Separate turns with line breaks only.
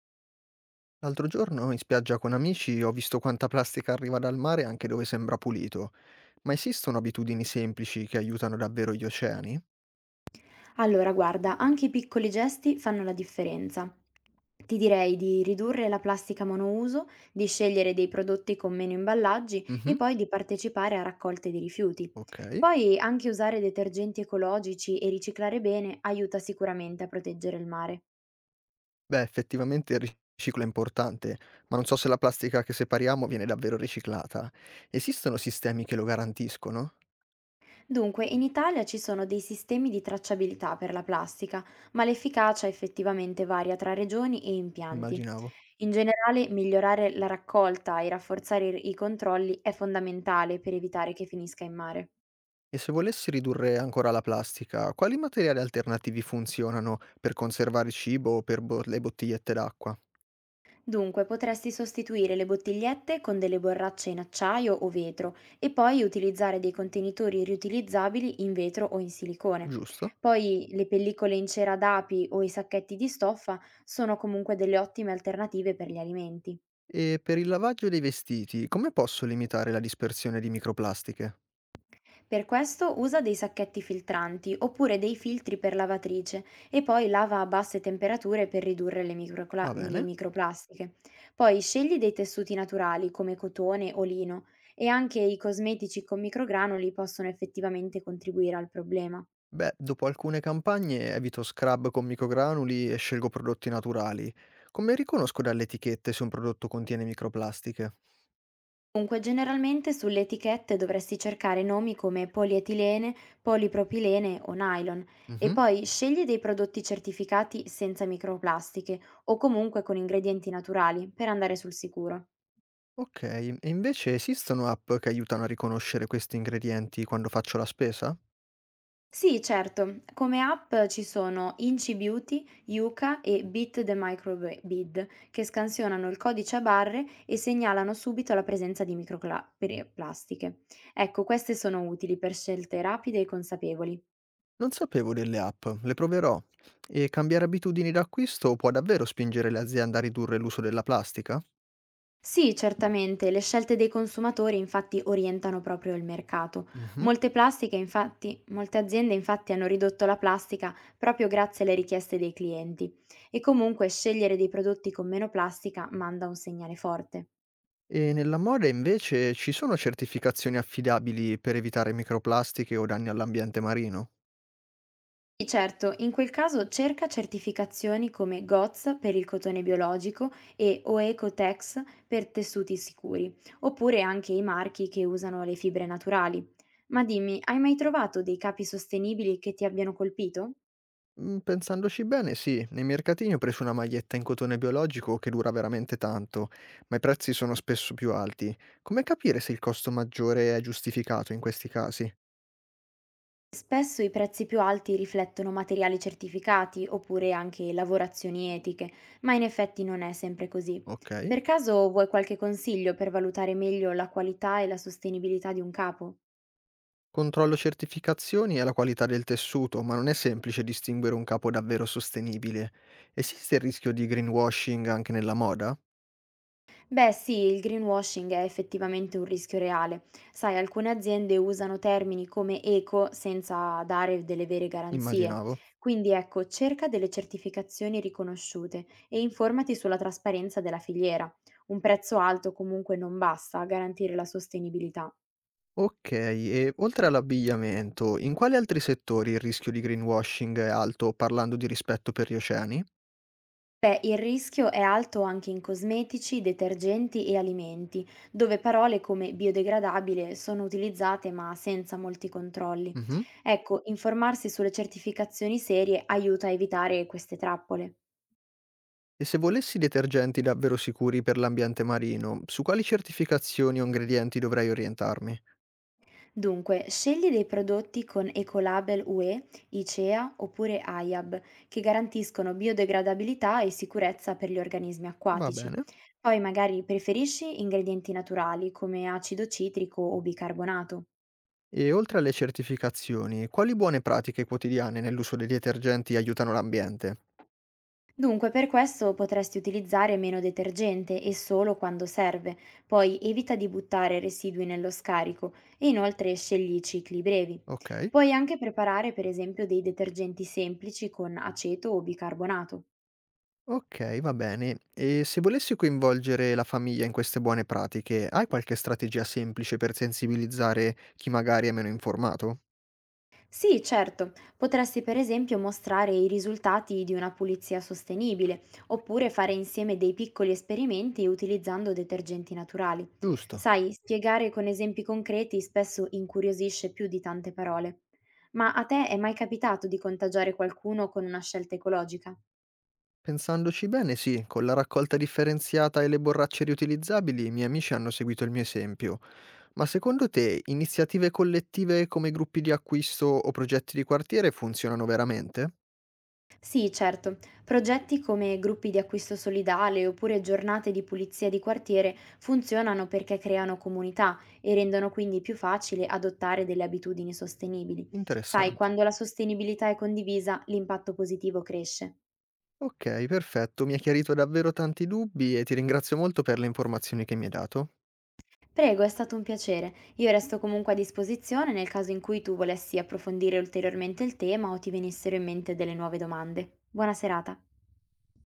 L'altro giorno in spiaggia con amici ho visto quanta plastica arriva dal mare anche dove sembra pulito. Ma esistono abitudini semplici che aiutano davvero gli oceani?
Allora, guarda, anche i piccoli gesti fanno la differenza. Ti direi di ridurre la plastica monouso, di scegliere dei prodotti con meno imballaggi e
Mhm,
poi di partecipare a raccolte di rifiuti.
ok.
Poi anche usare detergenti ecologici e riciclare bene aiuta sicuramente a proteggere il mare.
Beh, effettivamente il riciclo è importante, ma non so se la plastica che separiamo viene davvero riciclata. Esistono sistemi che lo garantiscono?
Dunque, in Italia ci sono dei sistemi di tracciabilità per la plastica, ma l'efficacia effettivamente varia tra regioni e impianti.
Immaginavo.
In generale, migliorare la raccolta e rafforzare i controlli è fondamentale per evitare che finisca in mare.
E se volessi ridurre ancora la plastica, quali materiali alternativi funzionano per conservare cibo o per le bottigliette d'acqua?
Dunque, potresti sostituire le bottigliette con delle borracce in acciaio o vetro e poi utilizzare dei contenitori riutilizzabili in vetro o in silicone.
Giusto?
Poi le pellicole in cera d'api o i sacchetti di stoffa sono comunque delle ottime alternative per gli alimenti.
E per il lavaggio dei vestiti, come posso limitare la dispersione di microplastiche?
Per questo usa dei sacchetti filtranti oppure dei filtri per lavatrice e poi lava a basse temperature per ridurre le,
Va
le
bene.
microplastiche. Poi scegli dei tessuti naturali come cotone o lino e anche i cosmetici con microgranuli possono effettivamente contribuire al problema.
Beh, dopo alcune campagne evito scrub con microgranuli e scelgo prodotti naturali. Come riconosco dalle etichette se un prodotto contiene microplastiche?
Dunque, generalmente sulle etichette dovresti cercare nomi come polietilene, polipropilene o nylon e
Mhm.
poi scegli dei prodotti certificati senza microplastiche o comunque con ingredienti naturali per andare sul sicuro.
Ok, e invece esistono app che aiutano a riconoscere questi ingredienti quando faccio la spesa?
Sì, certo, come app ci sono Inci Beauty, Yuka e Beat the Microbead che scansionano il codice a barre e segnalano subito la presenza di microplastiche. Ecco, queste sono utili per scelte rapide e consapevoli.
Non sapevo delle app, le proverò. E cambiare abitudini d'acquisto può davvero spingere le aziende a ridurre l'uso della plastica?
Sì, certamente, le scelte dei consumatori infatti orientano proprio il mercato.
Mhm.
Molte aziende infatti hanno ridotto la plastica proprio grazie alle richieste dei clienti. E comunque scegliere dei prodotti con meno plastica manda un segnale forte.
E nella moda invece ci sono certificazioni affidabili per evitare microplastiche o danni all'ambiente marino?
Sì, certo, in quel caso cerca certificazioni come GOTS per il cotone biologico e OECOTEX per tessuti sicuri, oppure anche i marchi che usano le fibre naturali. Ma dimmi, hai mai trovato dei capi sostenibili che ti abbiano colpito?
Mm, pensandoci bene, sì, nei mercatini ho preso una maglietta in cotone biologico che dura veramente tanto, ma i prezzi sono spesso più alti. Come capire se il costo maggiore è giustificato in questi casi?
Spesso i prezzi più alti riflettono materiali certificati oppure anche lavorazioni etiche, ma in effetti non è sempre così.
Ok.
Per caso vuoi qualche consiglio per valutare meglio la qualità e la sostenibilità di un capo?
Controllo certificazioni e la qualità del tessuto, ma non è semplice distinguere un capo davvero sostenibile. Esiste il rischio di greenwashing anche nella moda?
Beh, sì, il greenwashing è effettivamente un rischio reale. Sai, alcune aziende usano termini come eco senza dare delle vere garanzie.
Immaginavo.
Quindi ecco, cerca delle certificazioni riconosciute e informati sulla trasparenza della filiera. Un prezzo alto comunque non basta a garantire la sostenibilità.
Okay, e oltre all'abbigliamento, in quali altri settori il rischio di greenwashing è alto parlando di rispetto per gli oceani?
Beh, il rischio è alto anche in cosmetici, detergenti e alimenti, dove parole come biodegradabile sono utilizzate ma senza molti controlli.
Mh-mh.
Ecco, informarsi sulle certificazioni serie aiuta a evitare queste trappole.
E se volessi detergenti davvero sicuri per l'ambiente marino, su quali certificazioni o ingredienti dovrei orientarmi?
Dunque, scegli dei prodotti con Ecolabel UE, ICEA oppure AIAB, che garantiscono biodegradabilità e sicurezza per gli organismi
Va
acquatici.
bene.
Poi magari preferisci ingredienti naturali come acido citrico o bicarbonato.
E oltre alle certificazioni, quali buone pratiche quotidiane nell'uso dei detergenti aiutano l'ambiente?
Dunque, per questo potresti utilizzare meno detergente e solo quando serve, poi evita di buttare residui nello scarico e inoltre scegli cicli brevi.
Okay.
Puoi anche preparare per esempio dei detergenti semplici con aceto o bicarbonato.
Okay, va bene. E se volessi coinvolgere la famiglia in queste buone pratiche, hai qualche strategia semplice per sensibilizzare chi magari è meno informato?
Sì, certo, potresti per esempio mostrare i risultati di una pulizia sostenibile, oppure fare insieme dei piccoli esperimenti utilizzando detergenti naturali.
Giusto.
Sai, spiegare con esempi concreti spesso incuriosisce più di tante parole. Ma a te è mai capitato di contagiare qualcuno con una scelta ecologica?
Pensandoci bene, sì, con la raccolta differenziata e le borracce riutilizzabili i miei amici hanno seguito il mio esempio. Ma secondo te iniziative collettive come gruppi di acquisto o progetti di quartiere funzionano veramente?
Sì, certo. Progetti come gruppi di acquisto solidale oppure giornate di pulizia di quartiere funzionano perché creano comunità e rendono quindi più facile adottare delle abitudini sostenibili. Sai,
Interessante.
quando la sostenibilità è condivisa, l'impatto positivo cresce.
Ok, perfetto, mi hai chiarito davvero tanti dubbi e ti ringrazio molto per le informazioni che mi hai dato.
Prego, è stato un piacere. Io resto comunque a disposizione nel caso in cui tu volessi approfondire ulteriormente il tema o ti venissero in mente delle nuove domande. Buona serata.